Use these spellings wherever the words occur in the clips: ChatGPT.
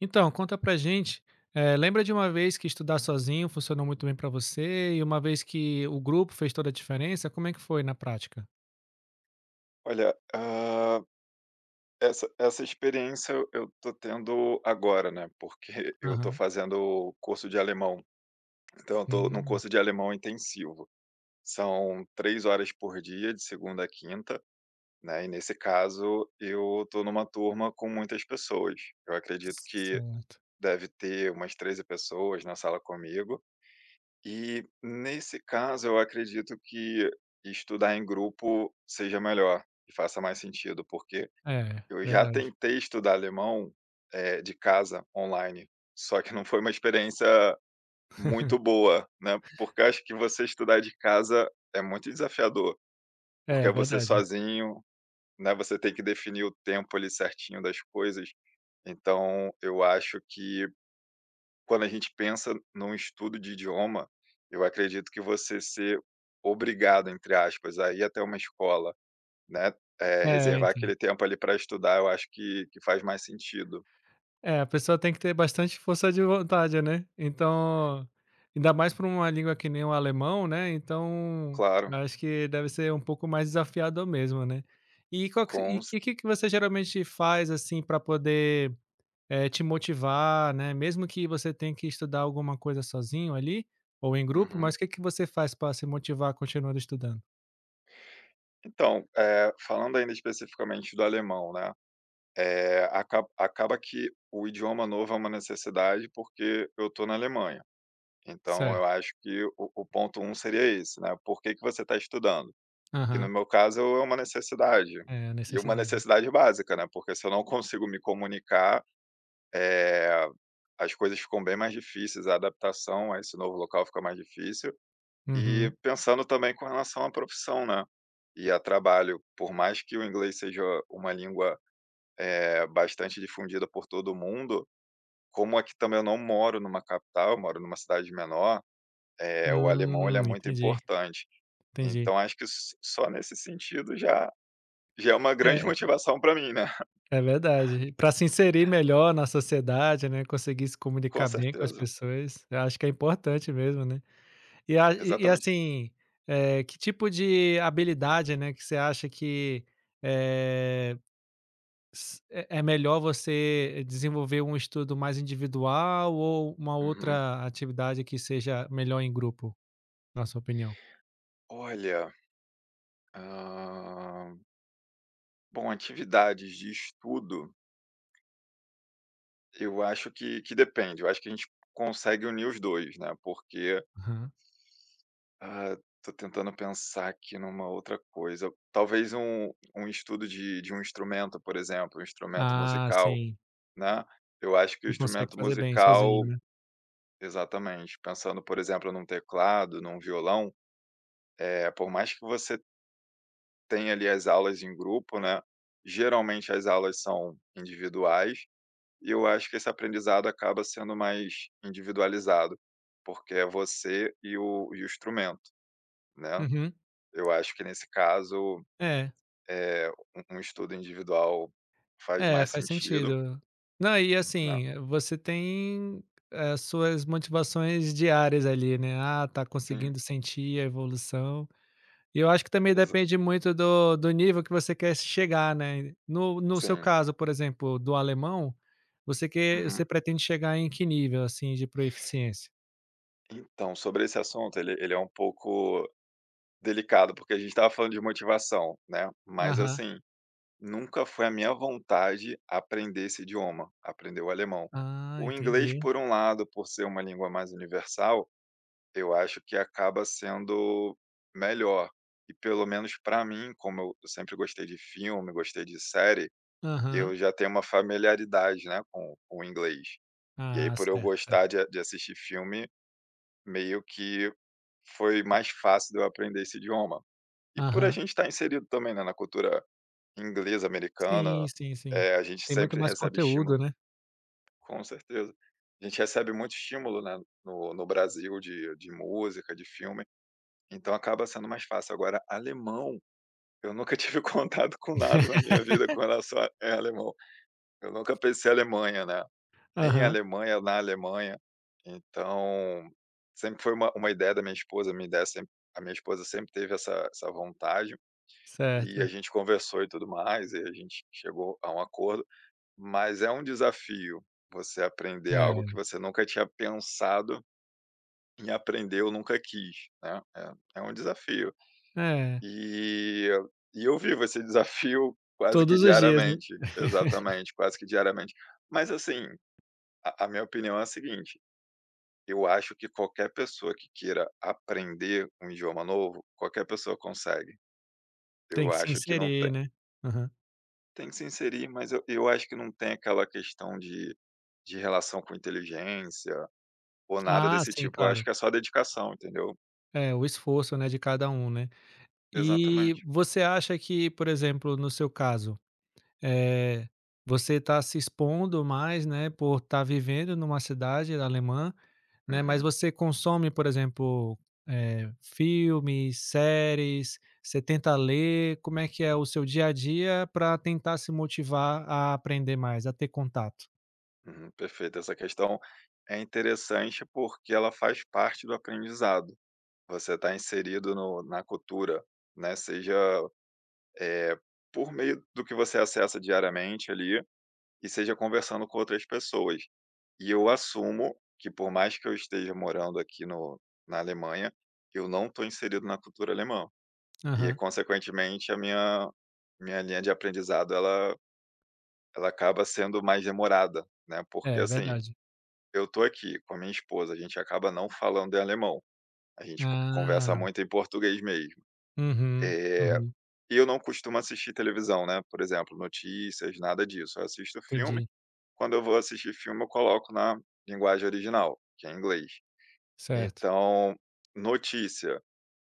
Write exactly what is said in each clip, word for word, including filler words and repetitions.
Então, conta pra gente, eh, lembra de uma vez que estudar sozinho funcionou muito bem pra você e uma vez que o grupo fez toda a diferença, como é que foi na prática? Olha, hã, essa essa experiência eu eu tô tendo agora, né, porque eu tô Aham. fazendo curso de alemão, então eu tô num Hum, curso de alemão intensivo. São três horas por dia, de segunda a quinta, né, e nesse caso eu tô numa turma com muitas pessoas. Eu acredito que certo. deve ter umas treze pessoas na sala comigo, e nesse caso eu acredito que estudar em grupo seja melhor e faça mais sentido. porque É, Eu já verdade. tentei estudar alemão, eh, de casa, online, só que não foi uma experiência muito boa, né, porque eu acho que você estudar de casa é muito desafiador, porque É, é você verdade. sozinho, né, você tem que definir o tempo ali certinho das coisas. Então eu acho que quando a gente pensa num estudo de idioma, eu acredito que você ser "obrigado", entre aspas, a ir até uma escola, né, eh, É, reservar então. aquele tempo ali para estudar, eu acho que que faz mais sentido. É, a pessoa tem que ter bastante força de vontade, né. Então, ainda mais para uma língua que nem o alemão, né, então Claro, acho que deve ser um pouco mais desafiador mesmo, né. E o que com e ce que que que você geralmente faz, assim, para poder eh, te motivar, né, mesmo que você tenha que estudar alguma coisa sozinho ali, ou em grupo, uhum. mas o que que você faz para se motivar continuando estudando? Então, eh, falando ainda especificamente do alemão, né, eh, acaba acaba que o idioma novo é uma necessidade, porque eu estou na Alemanha. Então eu Certo. acho que o o ponto um seria esse, né, por que que você está estudando? E no Aham. meu caso é uma necessidade, É, a e uma necessidade. necessidade básica, né, porque se eu não consigo me comunicar, eh, as coisas ficam bem mais difíceis, a adaptação a esse novo local fica mais difícil. E Uhum. pensando também com relação à profissão, né, e a trabalho, por mais que o inglês seja uma língua, eh, bastante difundida por todo mundo, como aqui também eu não moro numa capital, eu moro numa cidade menor, eh, o alemão ele Hum, é muito entendi, importante. entendi. Então acho que s só nesse sentido já já é uma grande É, motivação para mim, né. é verdade. Para se inserir melhor na sociedade, né, conseguir se Com comunicar bem com as certeza, pessoas, eu acho que é importante mesmo, né. E a e e exatamente. assim, eh, que tipo de habilidade, né, que você acha que, eh S é é melhor você desenvolver um estudo mais individual ou uma Uhum. outra atividade que seja melhor em grupo, na sua opinião? Olha, hã, bom, atividades de estudo. Eu acho que que depende, eu acho que a gente consegue unir os dois, né, porque, Aham. ah, tô tentando pensar aqui numa outra coisa. Talvez um um estudo de de um instrumento, por exemplo, um instrumento Ah, musical, sim. né. Eu acho que o E consegue instrumento fazer bem sozinho, musical, né. exatamente, pensando, por exemplo, num teclado, num violão, é por mais que você tenha ali as aulas em grupo, né, geralmente as aulas são individuais. E eu acho que esse aprendizado acaba sendo mais individualizado, porque é você e o e o instrumento, né. Uhum. Eu acho que nesse caso, É, é um um estudo individual faz é, mais faz sentido, sentido. Não, e né. assim, você tem as suas motivações diárias ali, né. Ah, tá Sim, conseguindo sentir a evolução. E eu acho que também exa depende muito do do nível que você quer chegar, né. No no seu sim. caso, por exemplo, do alemão, você quer você Uhum. pretende chegar em que nível, assim, de proeficiência? Então, sobre esse assunto, ele ele é um pouco delicado, porque a gente estava falando de motivação, né, mas Aham. assim, nunca foi a minha vontade aprender esse idioma, aprender o alemão. Ah, O inglês, entendi. por um lado, por ser uma língua mais universal. Eu acho que acaba sendo melhor. E pelo menos para mim, como eu eu sempre gostei de filme, gostei de série, Aham. eu já tenho uma familiaridade, né, com com o inglês. E aí Ah, por eu certo, gostar certo. de a de assistir filme, meio que foi mais fácil de eu aprender esse idioma. E por a Aham. gente estar inserido também, né, na cultura inglesa, americana, Sim, sim, sim. eh, a gente Tem muito sempre mais recebe conteúdo, estímulo. né. Com certeza. A gente recebe muito estímulo, né, no no Brasil de de música, de filme. Então acaba sendo mais fácil. Agora, alemão, eu nunca tive contato com nada na minha vida com relação a é alemão. Eu nunca pensei em Alemanha, né, em Aham, Alemanha, na Alemanha. Então, sempre foi uma uma ideia da minha esposa, minha ideia sempre a minha esposa sempre teve essa essa vontade, e a certo. gente conversou e tudo mais, e a gente chegou a um acordo, mas é um desafio você aprender algo que É, você nunca tinha pensado em aprender ou nunca quis, né, é é um desafio. é. E e eu vivo esse desafio quase que Todos os dias, né. diariamente. Exatamente, quase que diariamente. Mas assim, a a minha opinião é a seguinte, eu acho que qualquer pessoa que queira aprender um idioma novo, qualquer pessoa consegue. Eu Tem que se acho que não tem, inserir, né. Aham. tem que se inserir, mas eu eu acho que não tem aquela questão de de relação com inteligência ou nada Ah, desse sim, tipo, eu acho claro. que é só dedicação, entendeu? É, o esforço, né, de cada um, né. E Exatamente. você acha que, por exemplo, no seu caso, eh, você está se expondo mais, né, por estar vivendo numa cidade alemã, né, mas Uhum. você consome, por exemplo, eh, filmes, séries, você tenta ler, como é que é o seu dia a dia para tentar se motivar a aprender mais, a ter contato? Uhum, perfeito. Essa questão é interessante porque ela faz parte do aprendizado. Você está inserido no, na cultura, né? Seja eh, por meio do que você acessa diariamente ali e seja conversando com outras pessoas. E eu assumo que por mais que eu esteja morando aqui no, na Alemanha, eu não estou inserido na cultura alemã. E, Aham. consequentemente, a minha, minha linha de aprendizado, ela, ela acaba sendo mais demorada, né? Porque, É, assim, verdade. Eu tô aqui com a minha esposa, a gente acaba não falando em alemão, a gente co conversa Ah, muito em português mesmo. uhum, Eh, uhum, e eu não costumo assistir televisão, né, por exemplo, notícias, nada disso, eu assisto filme, entendi, quando eu vou assistir filme eu coloco na linguagem original, que é inglês. certo. Então, notícia,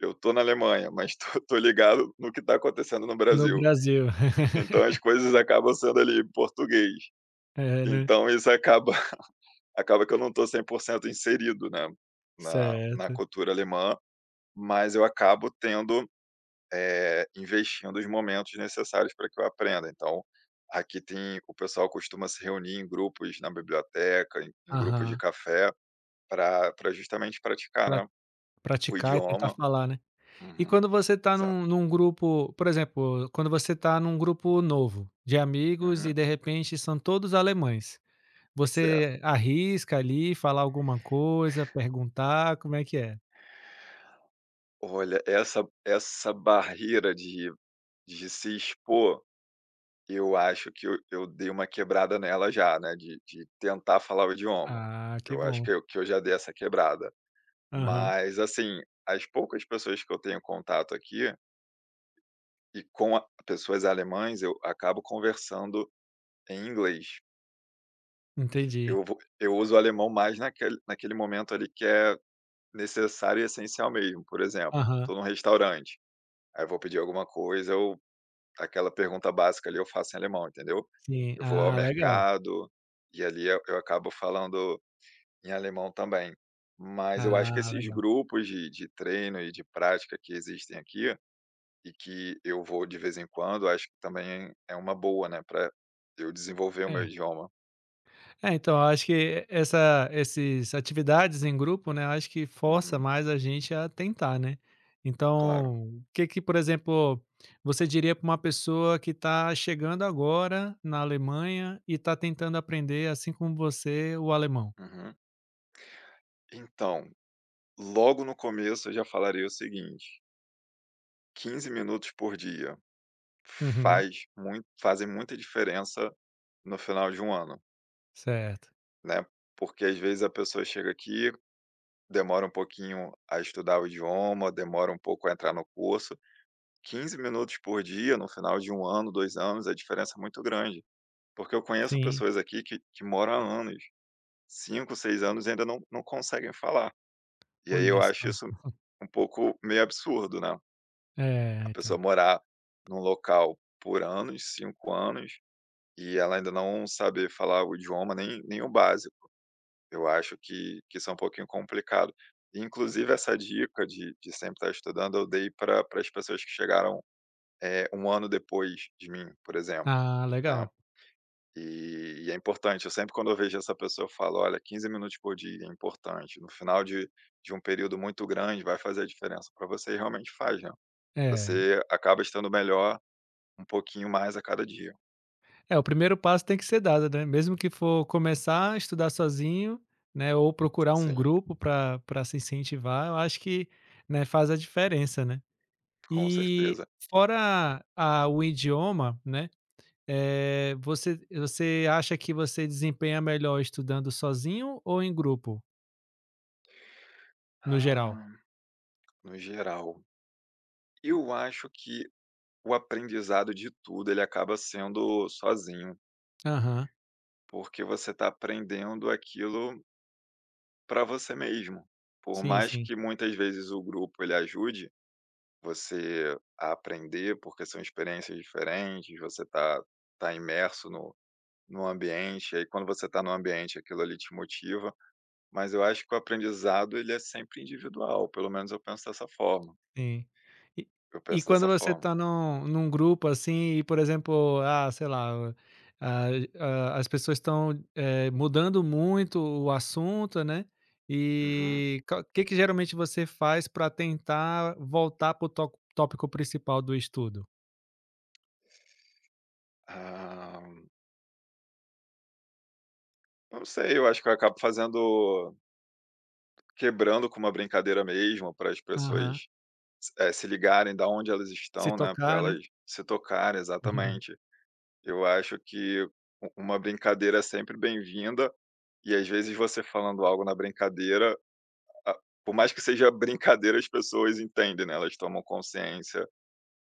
eu tô na Alemanha, mas tô tô ligado no que tá acontecendo no No Brasil, Brasil. então as coisas acabam sendo ali em português, É, né, então isso acaba acaba que eu não tô cem por cento inserido, né, na na certo. cultura alemã. Mas eu acabo tendo, eh, investindo os momentos necessários para que eu aprenda. Então, aqui tem o pessoal costuma se reunir em grupos na biblioteca, em em grupos de Aham, café, para pra justamente praticar, pra né, o praticar e tentar idioma. falar, né. E Uhum, quando você tá exato. num num grupo, por exemplo, quando você tá num grupo novo de amigos Uhum, e de repente são todos alemães, certo. você arrisca ali falar alguma coisa, perguntar, como é que é? Olha, essa essa barreira de de se expor, eu acho que eu eu dei uma quebrada nela já, né, de de tentar falar o idioma. Ah, que Eu acho que bom. eu que eu já dei essa quebrada. Aham, Mas, assim, as poucas pessoas que eu tenho contato aqui, e com a pessoas alemãs, eu acabo conversando em inglês. entendi. Eu vou eu uso o alemão mais naquele naquele momento ali que é necessário e essencial mesmo. Por exemplo, Aham, estou num restaurante, aí eu vou pedir alguma coisa, eu aquela pergunta básica ali eu faço em alemão, entendeu? sim. Eu vou ao Ah, legal. mercado, e ali eu eu acabo falando em alemão também. Mas eu acho que Ah, esses legal. grupos de de treino e de prática que existem aqui, e que eu vou de vez em quando, acho que também é uma boa, né, para eu desenvolver o meu É. idioma. É, então, eu acho que essa esses atividades em grupo, né, eu acho que força Uhum, mais a gente a tentar, né. claro. Então, o que que, por exemplo, você diria para uma pessoa que está chegando agora na Alemanha e está tentando aprender, assim como você, o alemão? Uhum. Então, logo no começo eu já falaria o seguinte: quinze minutos por dia Uhum, faz muito fazem muita diferença no final de um ano, certo. né. Porque às vezes a pessoa chega aqui, demora um pouquinho a estudar o idioma, demora um pouco a entrar no curso. quinze minutos por dia no final de um ano, dois anos, a diferença é muito grande. Porque eu conheço Sim, pessoas aqui que que moram há anos, cinco, seis anos e ainda não não conseguem falar. E aí olha eu acho só. isso um pouco meio absurdo, né, É, a pessoa então. morar num local por anos, cinco anos, e ela ainda não saber falar o idioma, nem nem o básico. Eu acho que que isso é um pouquinho complicado. Inclusive essa dica de de sempre estar estudando, eu dei pra para as pessoas que chegaram, eh, um ano depois de mim, por exemplo, Ah, né. legal. E e é importante, eu sempre quando eu vejo essa pessoa eu falo: "Olha, quinze minutos por dia é importante, no final de de um período muito grande vai fazer a diferença para você", e realmente faz, né. É. Você acaba estando melhor um pouquinho mais a cada dia. É, o primeiro passo tem que ser dado, né, mesmo que for começar a estudar sozinho, né, ou procurar um Sim, grupo para para se incentivar, eu acho que, né, faz a diferença, né. com E certeza. fora a o idioma, né, eh, você você acha que você desempenha melhor estudando sozinho ou em grupo, no geral? Ah, no geral, eu acho que o aprendizado de tudo ele acaba sendo sozinho, Aham. porque você está aprendendo aquilo para você mesmo. Por Sim, mais sim. que muitas vezes o grupo ele ajude você a aprender, porque são experiências diferentes, você tá tá imerso no no ambiente, aí quando você tá no ambiente aquilo ali te motiva, mas eu acho que o aprendizado ele é sempre individual, pelo menos eu penso dessa forma, Sim. E eu e penso quando dessa você forma. está num num grupo, assim, e por exemplo, ah, sei lá, ah ah, as pessoas estão, eh, mudando muito o assunto, né, Uhum. e o que que geralmente você faz para tentar voltar para o tópico principal do estudo? Ah, não sei, eu acho que eu acabo fazendo quebrando com uma brincadeira mesmo para as Aham. pessoas, eh, se ligarem da onde elas Se estão, né, para tocar, né. elas se tocarem, exatamente. Eu acho que u uma brincadeira é sempre bem-vinda. E às vezes você falando algo na brincadeira, a por mais que seja brincadeira, as pessoas entendem, né, elas tomam consciência.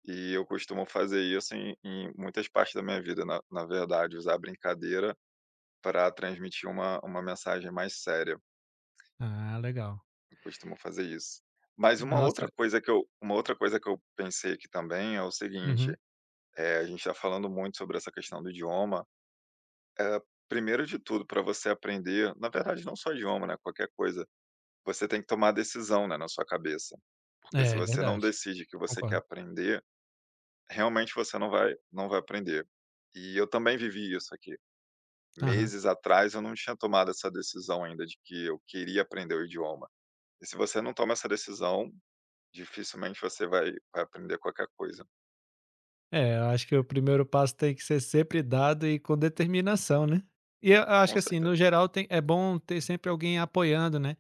E eu costumo fazer isso em em muitas partes da minha vida, na na verdade, usar a brincadeira para transmitir uma uma mensagem mais séria. Ah, legal. Eu costumo fazer isso. Mas uma outra Nossa, coisa que eu uma outra coisa que eu pensei aqui também é o seguinte, uhum. eh, a gente está falando muito sobre essa questão do idioma. Primeiro de tudo, para você aprender, na verdade, não só idioma, né, qualquer coisa. Você tem que tomar a decisão, né, na sua cabeça. Porque É, se é você não verdade. decide que você quer Concordo. aprender, realmente você não vai não vai aprender. E eu também vivi isso aqui. Aham. Meses atrás eu não tinha tomado essa decisão ainda de que eu queria aprender o idioma. E se você não toma essa decisão, dificilmente você vai vai aprender qualquer coisa. É, eu acho que o primeiro passo tem que ser sempre dado e com determinação, né. E eu acho Com que assim, certeza. no geral tem é bom ter sempre alguém apoiando, né.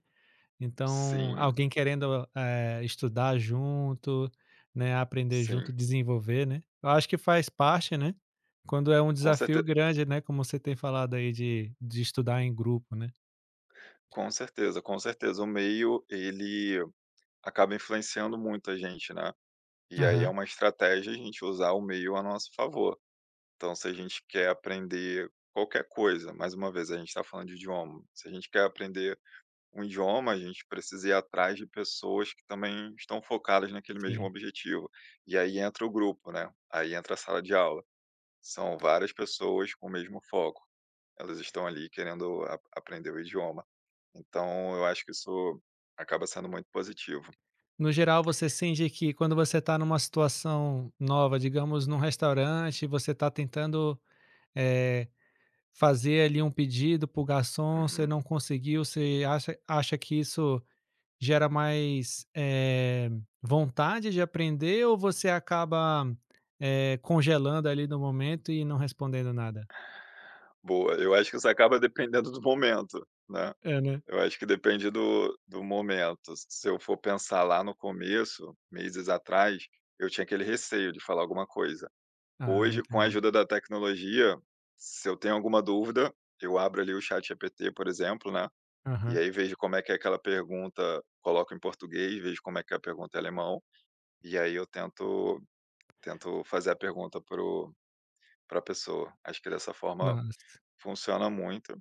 Então, Sim, alguém querendo, eh, estudar junto, né, aprender junto, sim. desenvolver, né. Eu acho que faz parte, né, quando é um Com desafio certe grande, né, como você tem falado aí de de estudar em grupo, né. com certeza, com certeza. O meio ele acaba influenciando muito a gente, né. E aí é Aham, uma estratégia a gente usar o meio a nosso favor. Então, se a gente quer aprender qualquer coisa, mais uma vez, a gente está falando de idioma. Se a gente quer aprender um idioma, a gente precisa ir atrás de pessoas que também estão focadas naquele mesmo sim. objetivo. E aí entra o grupo, né? Aí entra a sala de aula. São várias pessoas com o mesmo foco. Elas estão ali querendo a- aprender o idioma. Então, eu acho que isso acaba sendo muito positivo. No geral você sente que quando você está numa situação nova, digamos num restaurante, você está tentando, eh fazer ali um pedido para o garçom, você Uhum. não conseguiu, você acha acha que isso gera mais, eh, vontade de aprender ou você acaba, eh, congelando ali no momento e não respondendo nada? Boa. Eu acho que isso acaba dependendo do momento, né? É, né? Eu acho que depende do do momento. Se eu for pensar lá no começo, meses atrás, eu tinha aquele receio de falar alguma coisa. Ah, Hoje, com a entendi. ajuda da tecnologia, se eu tenho alguma dúvida, eu abro ali o chat ChatGPT, por exemplo, né, e Aham. aí vejo como é que é aquela pergunta, coloco em português, vejo como é que é a pergunta em alemão, e aí eu tento tento fazer a pergunta para o para a pessoa. Acho que dessa forma Nossa. funciona muito.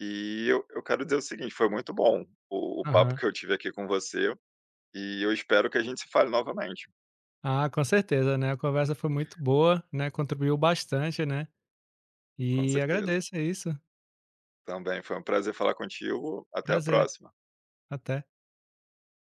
E eu eu quero dizer o seguinte, foi muito bom o o papo Aham. que eu tive aqui com você, e eu espero que a gente se fale novamente, Ah, com certeza, né, a conversa foi muito boa, né, contribuiu bastante, né, com e certeza. agradeço, é isso. Também foi um prazer falar contigo, até a Prazer. próxima. Até.